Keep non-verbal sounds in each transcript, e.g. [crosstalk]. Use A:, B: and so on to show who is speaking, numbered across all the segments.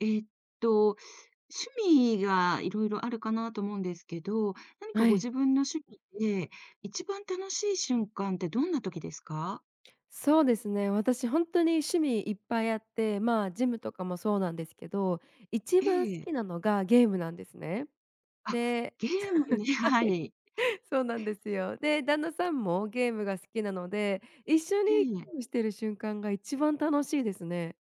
A: えーっと、趣味がいろいろあるかなと思うんですけど、何か
B: は
A: ご
B: い、
A: 自分の趣味で、一番楽しい瞬間ってどんな時ですか？
B: そうですね。私本当に趣味いっぱいあって、まあ、ジムとかもそうなんですけど、一
A: え
B: 番好
A: え。
B: きなのがゲームなんですね。
A: あ、
B: で、
A: ゲームね、[laughs] は
B: [laughs]
A: い。
B: そうなんですよ。で、旦那さんもゲームが好きなので、一緒に
A: ええ。
B: ゲームしてる瞬間が一番楽しいですね。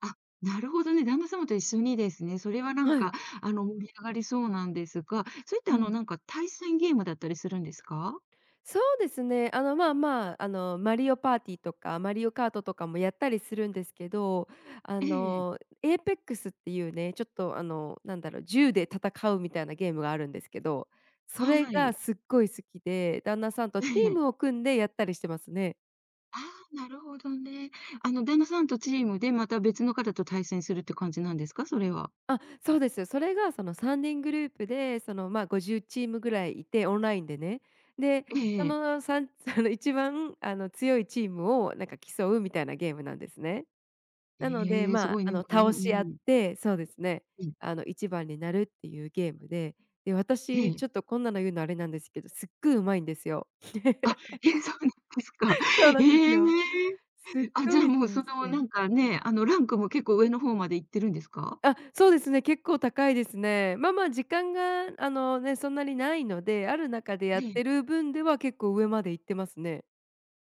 A: あ、なるほどね、旦那様と一緒にですね。それはなん
B: は
A: か、
B: い。
A: 盛り上がりそうなんですが、それって
B: うん。
A: なんか対戦ゲームだったりするんですか？
B: そうですね。まあまあ、マリオパーティーとか、マリオカートとかもやったりするんですけど、
A: ええ、
B: エーペックスっていうね、ちょっと、なんだろう、銃で戦うみたいなゲームがあるんですけど、それ
A: は
B: が
A: い。
B: すっごい好きで、旦那さんと
A: え
B: チー
A: え。
B: ムを組んでやったりしてますね。
A: ああ、なるほどね。あの、旦那さんとチームで、また別の方と対戦するって感じなんですか？それは。
B: あ、そうです。それがその3人グループで、まあ、50チームぐらいいて、オンラインでね。で、
A: え
B: その
A: え。
B: 3、[laughs] その一番強いチームをなんか競うみたいなゲームなんですね。なので、
A: ええ、す
B: ま
A: ご
B: あ、
A: いなんかね、
B: 倒
A: う
B: し合っ
A: ん。
B: て、そうですね、
A: うん。
B: 1番になるっていうゲームで、で、
A: え
B: 私、
A: え。
B: ちょっとこんなの言うのあれなんですけど、すっごい上手いんですよ。
A: あ、
B: [laughs]
A: ええ、そうなんですか。
B: そうなんです
A: え
B: よ。
A: え。
B: すっ
A: あ、じ
B: ご
A: ゃあ
B: い
A: もう
B: 上
A: その
B: 手
A: な
B: で。
A: んかね、あのランクも結構上の方まで行ってるんですか？
B: あ、そうですね、結構高いですね。まあまあ、時間が、ね、そんなにないので、ある中で
A: え
B: やっ
A: え。
B: てる分では結構上まで行ってますね。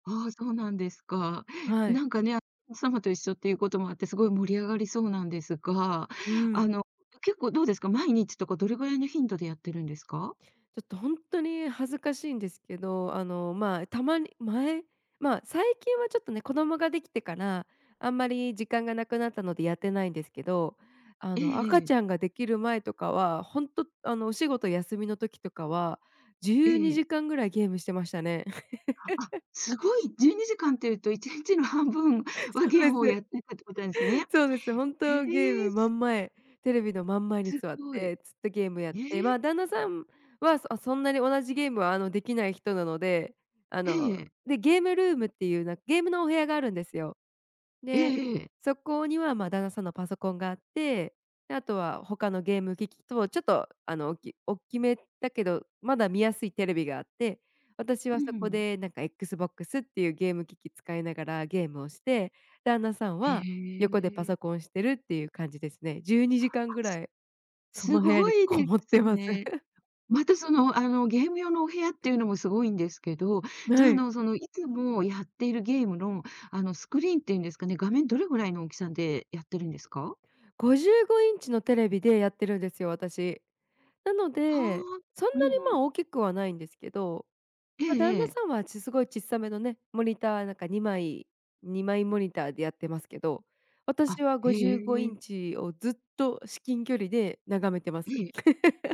A: ああ、そうなんですか。
B: はい。
A: なんかね、奥様と一緒っていうこともあって、すごい盛り上がりそうなんですが、
B: う
A: あ
B: ん。
A: の、結構どうですか、毎日とかどれぐらいの頻度でやってるんですか？
B: ちょっと本当に恥ずかしいんですけど、まあ、たまに前まあ、最近はちょっとね、子供ができてから、あんまり時間がなくなったのでやってないんですけど、
A: え
B: 赤
A: ええ
B: ちゃ
A: え。
B: んができる前とかは、本当お仕事休みの時とかは、
A: え
B: 12
A: え。
B: 時間ぐらいゲームしてましたね。[laughs]
A: あ、すごい、12時間っていうと1日の半分は
B: そ
A: ゲー
B: うで
A: ムをやっ
B: す。
A: てたってことなんですね。
B: [laughs] そうです。本
A: へ
B: 当ゲー
A: え、
B: ム真ん前、テレビの真ん前に座っ
A: ごい。え
B: て、ずっとゲームやって、まあ、
A: え、
B: 旦那さんは、そんなに同じゲームは、できない人なので、あ
A: え
B: の、
A: え、
B: で、ゲームルームっていう、なんかゲームのお部屋があるんですよ。
A: え
B: で、
A: えええ。
B: そこには、ま、旦那さんのパソコンがあって、で、あとは他のゲーム機器と、ちょっと、大きめだけど、まだ見やすいテレビがあって、私
A: う
B: はそこ
A: ん。
B: で、なんか、Xbox っていうゲーム機器使いながらゲームをして、旦那さんは
A: へ
B: 横でパ
A: え、
B: ソコンしてるっていう感じですね。12
A: あ、
B: 時間ぐ
A: す
B: らい、
A: [laughs]
B: そ
A: す
B: の部屋
A: ご
B: に
A: い
B: こ
A: で
B: もって
A: す
B: ます。
A: ね。
B: [laughs]
A: またその、あの、ゲーム用のお部屋っていうのもすごいんですけど、じゃあ、
B: は
A: あ
B: い。
A: の、その、いつもやっているゲームの、あの、スクリーンっていうんですかね、画面どれぐらいの大きさでやってるんですか？
B: 55インチのテレビでやってるんですよ、私。なの
A: は
B: で、
A: あ、
B: そん
A: う
B: な
A: ん
B: に、
A: うん、
B: まあ、大きくはないんですけど、
A: え
B: ま、旦
A: ええ
B: 那
A: え。
B: さんは、ちすごいちっさめのね、モニターなんか2枚モニターでやってますけど、
A: あ、
B: 私は
A: へえ、
B: 55
A: え
B: イ
A: え。
B: ンチをずっと至近距離で眺めてます。[laughs]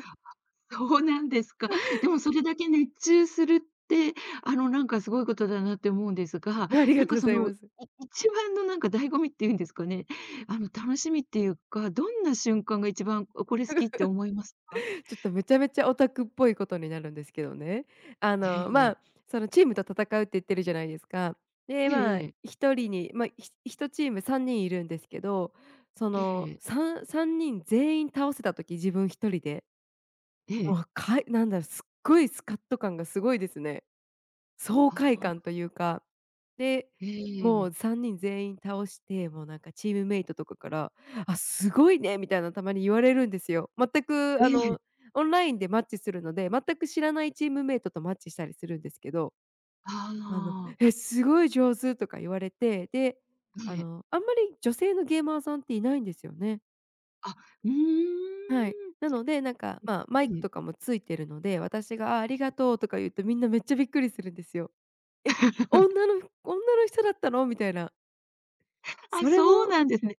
A: そうなんですか。でもそれだけ熱中するって、あの、なんかすごいことだなって思うんですが、
B: あり
A: な
B: が
A: ん
B: と
A: か
B: うご
A: そ
B: ざい
A: の、
B: ます。
A: 一番のなんか醍醐味っていうんですかね、あの、楽しみっていうか、どんな瞬間が一番、れ好きって思いますか？
B: ちょっとめちゃめちゃオタクっぽいことになるんですけどね。
A: え
B: ま
A: え。
B: あ、そのチームと戦うって言ってるじゃないですか。で、
A: え
B: まあ、
A: えええ。
B: 1人に、ま、ひ1チーム3人いるんですけど、そ
A: え
B: の
A: え。
B: 3、3人全員倒せた時、自分1人で
A: ええ。
B: もう、なんだろう、すっごいスカッと感がすごいですね。爽
A: あ
B: 快感と
A: あ、
B: いうか。で、
A: え
B: も
A: え。
B: う3人全員倒して、もうなんかチームメイトとかから、「あ、すごいね」みたいなたまに言われるんですよ。全く
A: ええ。
B: オンラインでマッチするので、全く知らないチームメイトとマッチしたりするんですけど、
A: あ
B: あの、
A: あ、
B: 「え、すごい上手」とか言われて、で、
A: ええ。
B: あんまり女性のゲーマーさんっていないんですよね。
A: あ、うー
B: はい。な
A: ん。
B: ので、なんか、まあ、マイ
A: え
B: ク
A: え。
B: とかもついてるので、私が「あ、ありがとう」とか言うと、みんなめっちゃびっくりするんですよ。「え、
A: [laughs]
B: 女の女の人だったの？」みたいな。
A: あ、
B: それ
A: そう
B: も
A: なんですね。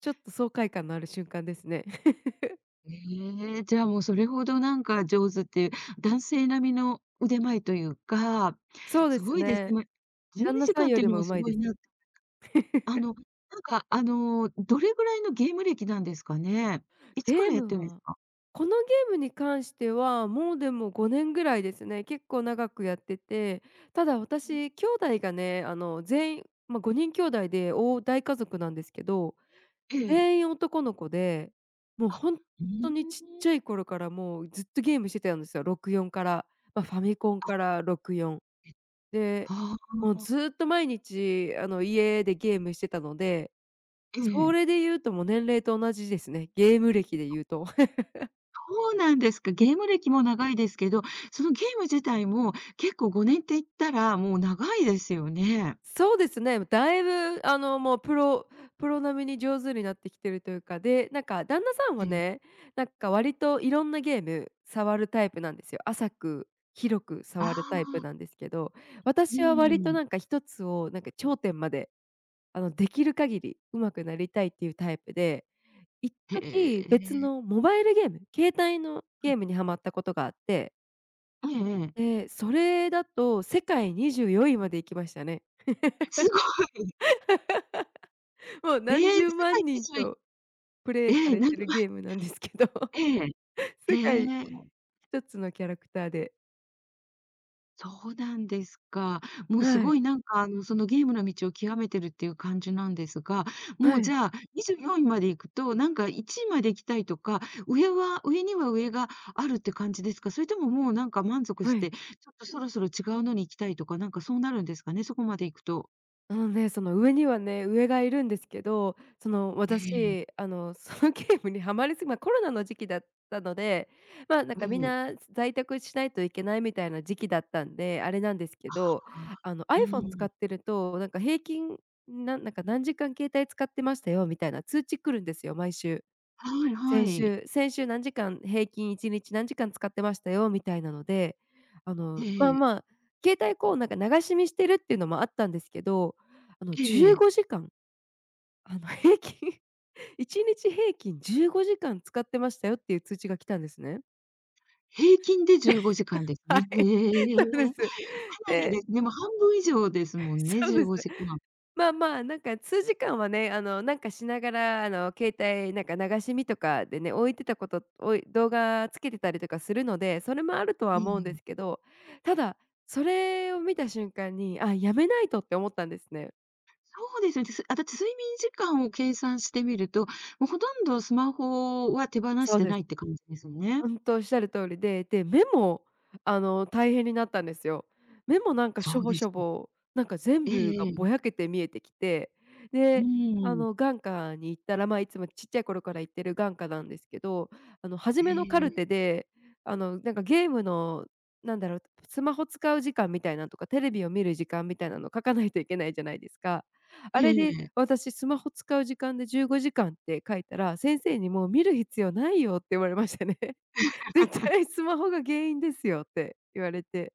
B: ちょっと爽快感のある瞬間ですね。[laughs]
A: ええ、じゃあもうそれほどなんか上手っていう、男性並みの腕前というか、
B: そう
A: す
B: です
A: ごいですね。
B: ね。
A: ま、12
B: 旦那
A: 時
B: さん
A: 間っ
B: よ
A: ていう
B: り
A: の
B: も
A: もす
B: 上手い
A: ご
B: で
A: い
B: す。
A: な。あの、なんかあの、どれぐらいのゲーム歴なんですかね？いつか
B: ゲー
A: らやって
B: ム
A: るんです
B: は
A: か？
B: このゲームに関しては、もうでも5年ぐらいですね。結構長くやってて、ただ
A: ええ
B: 私、兄弟がね、全員まあ、5人兄弟で大家族なんですけど、
A: ええ。
B: 全員男の子で、もう
A: あ、
B: ほん
A: う
B: とにちっ
A: ー
B: ちゃ
A: ん。
B: い頃からもうずっとゲームしてたんですよ。64から、ま、ファミコン
A: あ、
B: から64。で、
A: え、は
B: もう
A: あ。
B: ずっと毎日家でゲームしてたので、
A: え
B: それ
A: え。
B: で言うともう年齢と同じですね。ゲーム歴で言うと。
A: そうなんですか。ゲーム歴も長いですけど、そのゲーム自体も結構5年って言ったらもう長いですよね。
B: そうですね。だいぶもうプロ並みに上手になってきてるというか、で、なんか旦那さん
A: え
B: は
A: え。
B: ね、なんか割といろんなゲーム触るタイプなんですよ。浅く、広く
A: ああ、
B: 触るタイプなんですけど、
A: う
B: 私は割と
A: ん。
B: なんか一つをなんか頂点まで、できる限り上手くなりたいっていうタイプで、一
A: へえ、
B: 時別
A: え
B: のモバイルゲーム、携帯のゲームにはまったことがあって、
A: えええ。[laughs]
B: で、それだと世界24位まで行きましたね。
A: すごい。[laughs]
B: もう
A: え
B: 何
A: え、世
B: 十
A: 界
B: 万人
A: 21
B: とプ
A: [laughs]
B: レ
A: え
B: イさ
A: え、
B: れ
A: なん
B: て
A: と
B: る
A: か
B: ゲー
A: [laughs]
B: ムなんですけど、[laughs]
A: ええ、へ
B: 世界
A: え、
B: 一つのキャラクターで
A: そうなんですか。もうす
B: は
A: ご
B: い、
A: いなんかあの、そのゲームの道を極めてるっていう感じなんですが、もう
B: は
A: じ
B: い、
A: ゃあ、24位まで行くと、なんか1位まで行きたいとか、上は上には上があるって感じですか？それとももうなんか満足し
B: は
A: て、
B: い。
A: ちょっとそろそろ違うのに行きたいとか、なんかそうなるんですかね？そこまで行くと。
B: あのね、その上にはね、上がいるんですけど、その
A: ええ、
B: 私、そのゲームにはまりすぎま、コロナの時期だったので、ま、なん
A: え
B: かみん
A: え。
B: な在宅しないといけないみたいな時期だったんで、あれなんですけど、
A: はあ、う
B: iPhone 使
A: ん。
B: ってると、なんか平均、なんか何時間携帯使ってましたよみたいな通知来るんですよ、毎週。
A: はいは
B: 先
A: い。
B: 週先週何時間、平均1日何時間使ってましたよみたいなので、
A: え
B: まあ
A: え。
B: まあ、携帯こうなんか流し見してるっていうのもあったんですけど、
A: え
B: 15
A: え、
B: 時間、平均1 [laughs] 日平均15時間使ってましたよっていう通知が来たんですね。
A: 平均で15時間です
B: は
A: ね。へ
B: い、
A: え、
B: そう
A: か
B: です。
A: なりで
B: で
A: すね、もう半分以上ですもんね、
B: そう
A: 15
B: です。
A: 時間。
B: まあまあ、なんか数時間はね、なんかしながら、携帯なんか流し見とかでね、置いてたこと、動画つけてたりとかするので、それもあると
A: え
B: は思うんで
A: え。
B: すけど、ただ、それを見た瞬間に、あ、やめないとって思ったんですね。
A: そうですね、ですあ、だって睡眠時間を計算してみると、もうほとんどスマホは手放し
B: そう
A: て
B: で
A: な
B: す、
A: いって感じですよね。
B: 本んと、おっしゃる通りで、で、目も、大変になったんですよ。目もなんか
A: そ
B: しょ
A: う
B: ぼ
A: で
B: し
A: す
B: ょ
A: よね。
B: ぼ、なんか全
A: え
B: 部
A: え
B: が
A: え
B: ぼ
A: え。
B: やけて見えてきて、
A: う
B: で、
A: ーん。
B: 眼科に行ったら、ま、いつもちっちゃい頃から行ってる眼科なんですけど、初
A: え
B: めのカル
A: え、
B: テで、なんかゲームの、なんだろう、スマホ使う時間みたいなのとか、テレビを見る時間みたいなの書かないといけないじゃないですか。あ
A: え
B: れで
A: え。
B: 私スマホ使う時間で15時間って書いたら、先生にもう見る必要ないよって言われましたね。[laughs] 絶
A: [laughs]
B: 対スマホが原因ですよって言われて、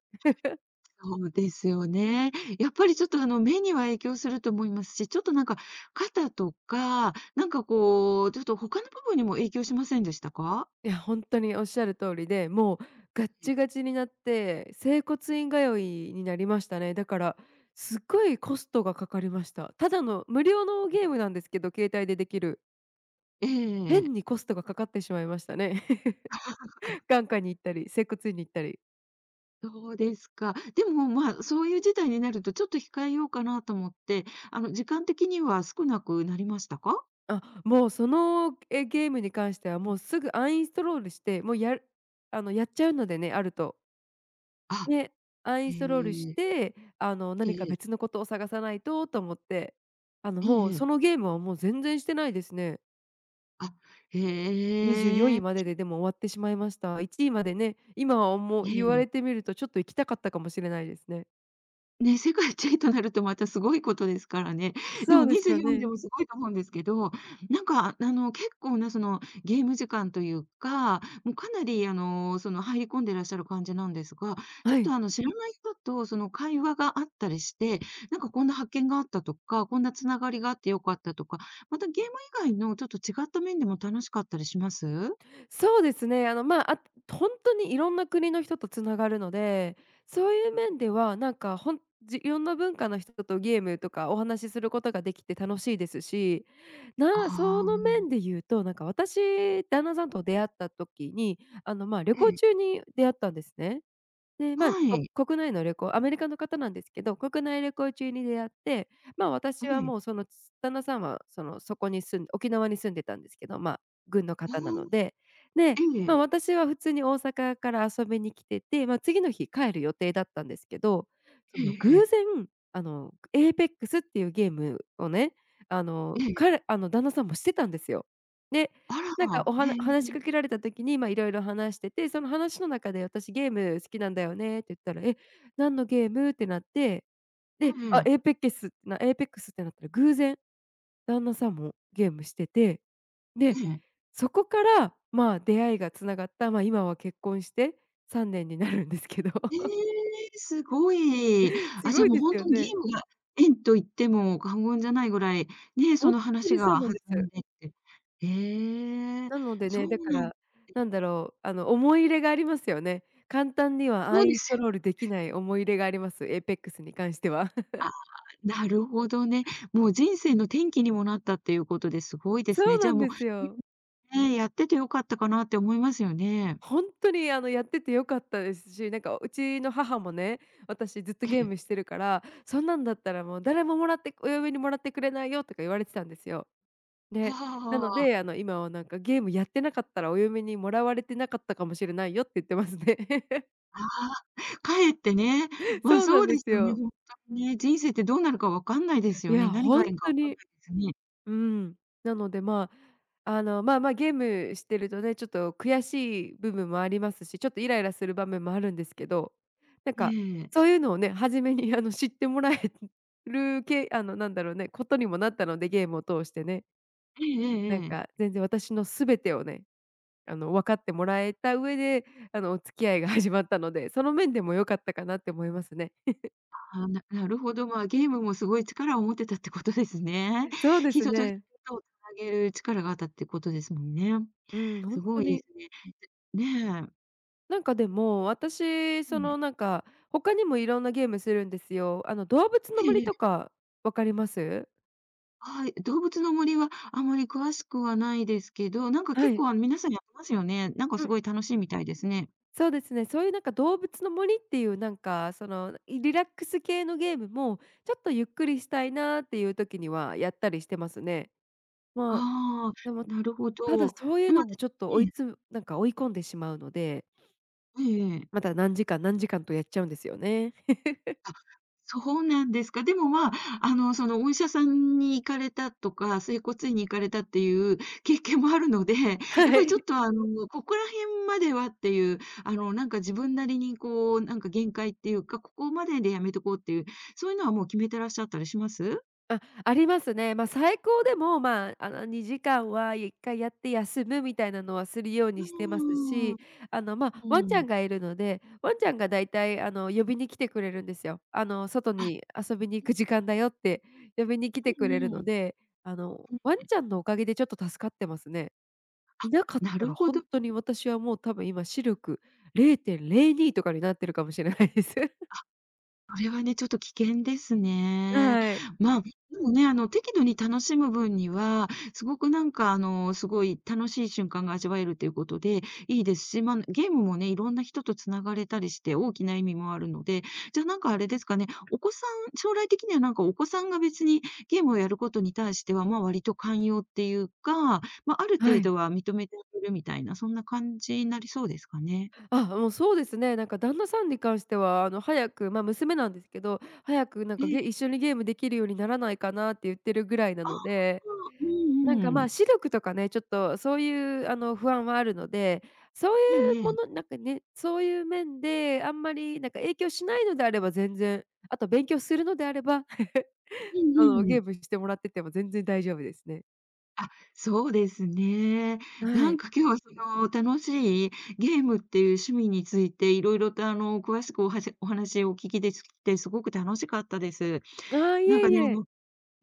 A: そうですよね。やっぱりちょっとあの、目には影響すると思いますし、ちょっとなんか、肩とか、なんかこう、ちょっと他の部分にも影響しませんでしたか？
B: いや、ほんとにおっしゃる通りで、もうガッチガチになって、整骨院通いになりましたね。だから、すっごいコストがかかりました。ただの無料のゲームなんですけど、携帯でできる。
A: ええ、
B: 変にコストがかかってしまいましたね。[laughs] 眼科に行ったり、整骨院に行ったり。
A: そうですか。でも、まあ、そういう事態になるとちょっと控えようかなと思って、あの、時間的には少なくなりましたか？
B: あ、もうその、え、ゲームに関してはもうすぐアンインストロールして、もうやるやっちゃうのでね、あると。
A: あ、
B: ね、アンイ
A: へ
B: ンストロールし
A: え。
B: て、
A: え
B: 何か
A: ええ
B: 別
A: え。
B: のことを探さないとと思って、
A: え
B: も
A: え
B: う
A: ええ。
B: そのゲームはもう全然してないですね。
A: あ、
B: 24
A: へ
B: 位
A: え。
B: まででも終わってしまいました。1位までね、今はもう
A: え
B: 言われ
A: え。
B: てみるとちょっと行きたかったかもしれないですね。
A: ね、世界一位となるとまたすごいことですからね。で
B: そ
A: も
B: うです
A: 24
B: よ
A: 位で
B: ね。
A: もすごいと思うんですけど、なんか、あの、結構なそのゲーム時間というか、もうかなりあの、その入り込んでいらっしゃる感じなんですが、ちょ
B: は
A: っと
B: い。
A: あの、知らない人とその会話があったりして、なんかこんな発見があったとか、こんなつながりがあってよかったとか、またゲーム以外のちょっと違った面でも楽しかったりします？
B: そうですね。本当にいろんな国の人とつながるので、そういう面では、なんか、ほんじいろんな文化の人とゲームとかお話しすることができて楽しいですし、その
A: あ
B: 面で言うと、私、旦那さんと出会った時に、旅
A: あ、え
B: 行中
A: え、
B: に出会ったんですね。で、まあ、
A: はい、え
B: 国内の旅行アメリカの方なんですけど、国内旅行中に出会って、まあ、私は
A: え、
B: もうそのつ旦那さんはその、そこに住ん沖縄に住んでたんですけど、まあ、軍の
A: あ
B: 方なの
A: あ、
B: で、で、
A: え
B: ま
A: え、
B: あ、私は普通に大阪から遊びに来てて、まあ、次の日帰る予定だったんですけど、そ
A: え
B: の偶
A: えええ、
B: 然、エーペックスっていうゲームをね、あの、
A: ええ、
B: 彼あの、旦那さんもしてたんですよ。で
A: あ
B: なんか
A: ら、
B: おはな
A: ええ。
B: 話しかけられた時に、まあ、いろいろ話してて、その話の中で「私ゲーム好きなんだよね」って言ったら「え、何のゲーム？」ってなって、
A: え
B: で、あ、
A: え、
B: エーペックスってなったら、偶然旦那さんもゲームしてて、
A: え
B: で、
A: え。
B: そこから、まあ、出会いが繋がった、まあ、今は結婚して3年になるんですけど、
A: ええ、すごい。
B: [laughs] す
A: あ、じゃ
B: ご
A: あ
B: い
A: もう
B: で
A: ほん
B: す
A: と
B: よ
A: にゲ
B: ね。
A: ームが縁と言っても過言じゃないぐらい、ね、
B: ほ
A: そ
B: ん
A: の
B: と
A: 話
B: にそう
A: が
B: なん
A: 弾
B: で
A: ん
B: す。
A: でって。ええ、
B: なので
A: そ
B: ね、だ
A: う
B: か
A: なん
B: ら、なんだろう、思い入れがありますよね。簡単にはア
A: そう
B: ン
A: で
B: インスト
A: す。
B: ロールできない思い入れがあります、エイペックスに関しては。[laughs]
A: あ、なるほどね。もう人生の転機にもなったっていうことですごいで
B: そ
A: すね。
B: う
A: じ
B: な
A: ゃあ
B: ん
A: も
B: ですよ。
A: う、ね、やってて良かったかなって思いますよね。
B: 本当にやってて良かったですし、なんかうちの母もね、私ずっと
A: え
B: ゲー
A: え。
B: ムしてるから、そんなんだったらもう誰ももらってお嫁にもらってくれないよとか言われてたんですよ。で、なの
A: はああ
B: で、今はなんかゲームやってなかったらお嫁にもらわれてなかったかもしれないよって言ってますね。
A: あ。あかえってね、
B: [laughs]
A: まあ、
B: そうな
A: そう
B: んで
A: です
B: す
A: よね、
B: よ。
A: ほんとにね、人生ってどうなるか分かんないです
B: い
A: よ
B: や、
A: ね。何が
B: 本
A: 縁か
B: 当
A: 分かんな
B: に
A: いですね。
B: うん。なので、ゲームしてるとね、ちょっと悔しい部分もありますし、ちょっとイライラする場面もあるんですけど、なん
A: え
B: か、
A: え。
B: そういうのをね、初めに知ってもらえるなんだろうね、ことにもなったので、ゲームを通してね。
A: ええええ
B: なん
A: ええ。
B: か、全然私の全てをね、分かってもらえた上で、お付き合いが [laughs] 始まったので、その面でも良かったかなって思いますね。
A: ああ、なるほど、まあ、ゲームもすごい力を持ってたってことですね。
B: そう
A: [laughs]
B: です
A: 人と人
B: ね。
A: とを繋げる力があったってことですもんね。
B: うん、
A: す
B: 本当
A: ごいで
B: に
A: すね。ねえ。
B: なんかでも、私、他にもいろんなゲームするんですよ。あの動物の
A: ええええ
B: 森
A: え
B: と
A: え。
B: かわかります？
A: はい。動物の森はあまり詳しくはないですけど、なんか
B: は
A: 結
B: い。
A: 構、あの、皆さんやってますよね。なんか
B: う
A: すご
B: ん、
A: い楽しいみたいですね。
B: そうですね。そういうなんか動物の森っていうなんか、そのリラックス系のゲームも、ちょっとゆっくりしたいなっていう時にはやったりしてますね。まあ、
A: ああ、
B: でも、
A: なるほ
B: ただ
A: ど。
B: そうい
A: で、
B: う
A: ま
B: の
A: た
B: もちょっと
A: え
B: 追い
A: え。
B: つなんか追い込んでしまうので、
A: ええええ。
B: また何時間とやっちゃうんですよね。
A: あ、そうなんですか。でも、まあ、あの、その、お医者さんに行かれたとか、整骨院に行かれたっていう経験もあるので、やっ
B: は
A: ぱりちょっ
B: い。
A: と、あの、ここら辺まではっていう、あの、なんか自分なりに、こう、なんか限界っていうか、ここまででやめとこうっていう、そういうのはもう決めてらっしゃったりします？
B: あ、ありますね。最高でも、2時間は1回やって休むみたいなのはするよう
A: う
B: にしてます
A: ーん。
B: し、
A: う
B: ワンちゃ
A: ん。
B: んがいるので、ワンちゃんがだいたい、呼びに来てくれるんですよ。外
A: あ、
B: に遊びに行く時間だよって呼びに来て
A: う
B: く
A: ん
B: れる
A: う
B: の
A: ん。
B: で、
A: うん。
B: ワンちゃんのおかげでちょっと助かってますね。いなかっ
A: な
B: た
A: る
B: ら
A: ほ
B: 本
A: ど。
B: 当に私はもう多分今視力0.02とかになってるかもしれないです。[laughs]
A: それはね、ちょっと危険ですね。
B: はい。
A: まあ、でもね、あの、適度に楽しむ分には、すごくなんか、あの、すごい楽しい瞬間が味わえるということで、いいですし、まあ、ゲームもね、いろんな人とつながれたりして、大きな意味もあるので、じゃあ、なんかあれですかね、お子さん将来的にはなんかお子さんが別にゲームをやることに対しては、ま、あ割と寛容っていうか、ま、あある
B: は
A: 程
B: い。
A: 度は認めてあげるみたいな、そんな感じになりそうですかね。
B: あ、もうそうですね。なんか旦那さんに関しては、あの早く、ま、娘なんですけど、早くなん
A: え
B: か、
A: え。
B: 一緒にゲームできるようにならないかなって言ってるぐらいな
A: ああ、
B: ので、
A: う
B: なん
A: ん
B: か、
A: う
B: ま、
A: ん。
B: 視力とかね、ちょっとそういうあの不安はあるので、そうい
A: ええ
B: う
A: え
B: も
A: え。
B: のなんかね、そういう面であんまりなんか影響しないのであれば全然、あと勉強するのであれば、[laughs]
A: う
B: あの
A: んう
B: ゲ
A: ん。
B: ームしてもらってても全然大丈夫ですね。
A: あ、そうですね。
B: は
A: なん
B: い。
A: か今日はその楽しいゲームっていう趣味についていろいろとあの詳しくおはしお話をお聞きできてすごく楽しかったです。
B: ああ、い
A: なん
B: え
A: か
B: い
A: ね、あ
B: え。
A: の、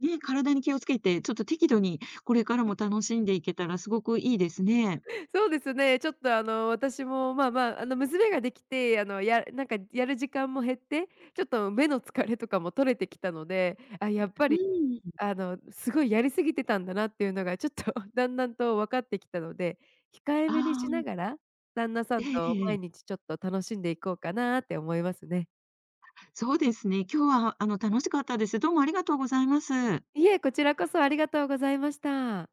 A: ね、体に気をつけて、ちょっと適度にこれからも楽しんでいけたらすごくいいですね。
B: そうですね。ちょっとあの、私もまあまあ、あの、娘ができて、あの、なんかやる時間も減って、ちょっと目の疲れとかも取れてきたので、あ、やっぱ
A: う
B: り
A: ん。
B: あの、すごいやりすぎてたんだなっていうのがちょっと [laughs] だんだんと分かってきたので、控え
A: あ
B: めにしなが
A: あ、
B: ら、旦那さ
A: え
B: ん
A: え
B: と
A: え
B: 毎
A: え。
B: 日ちょっと楽しんでいこうかなって思いますね。
A: そうですね。今日はあの楽しかったです。どうもありがとうございます。
B: いえ、こちらこそありがとうございました。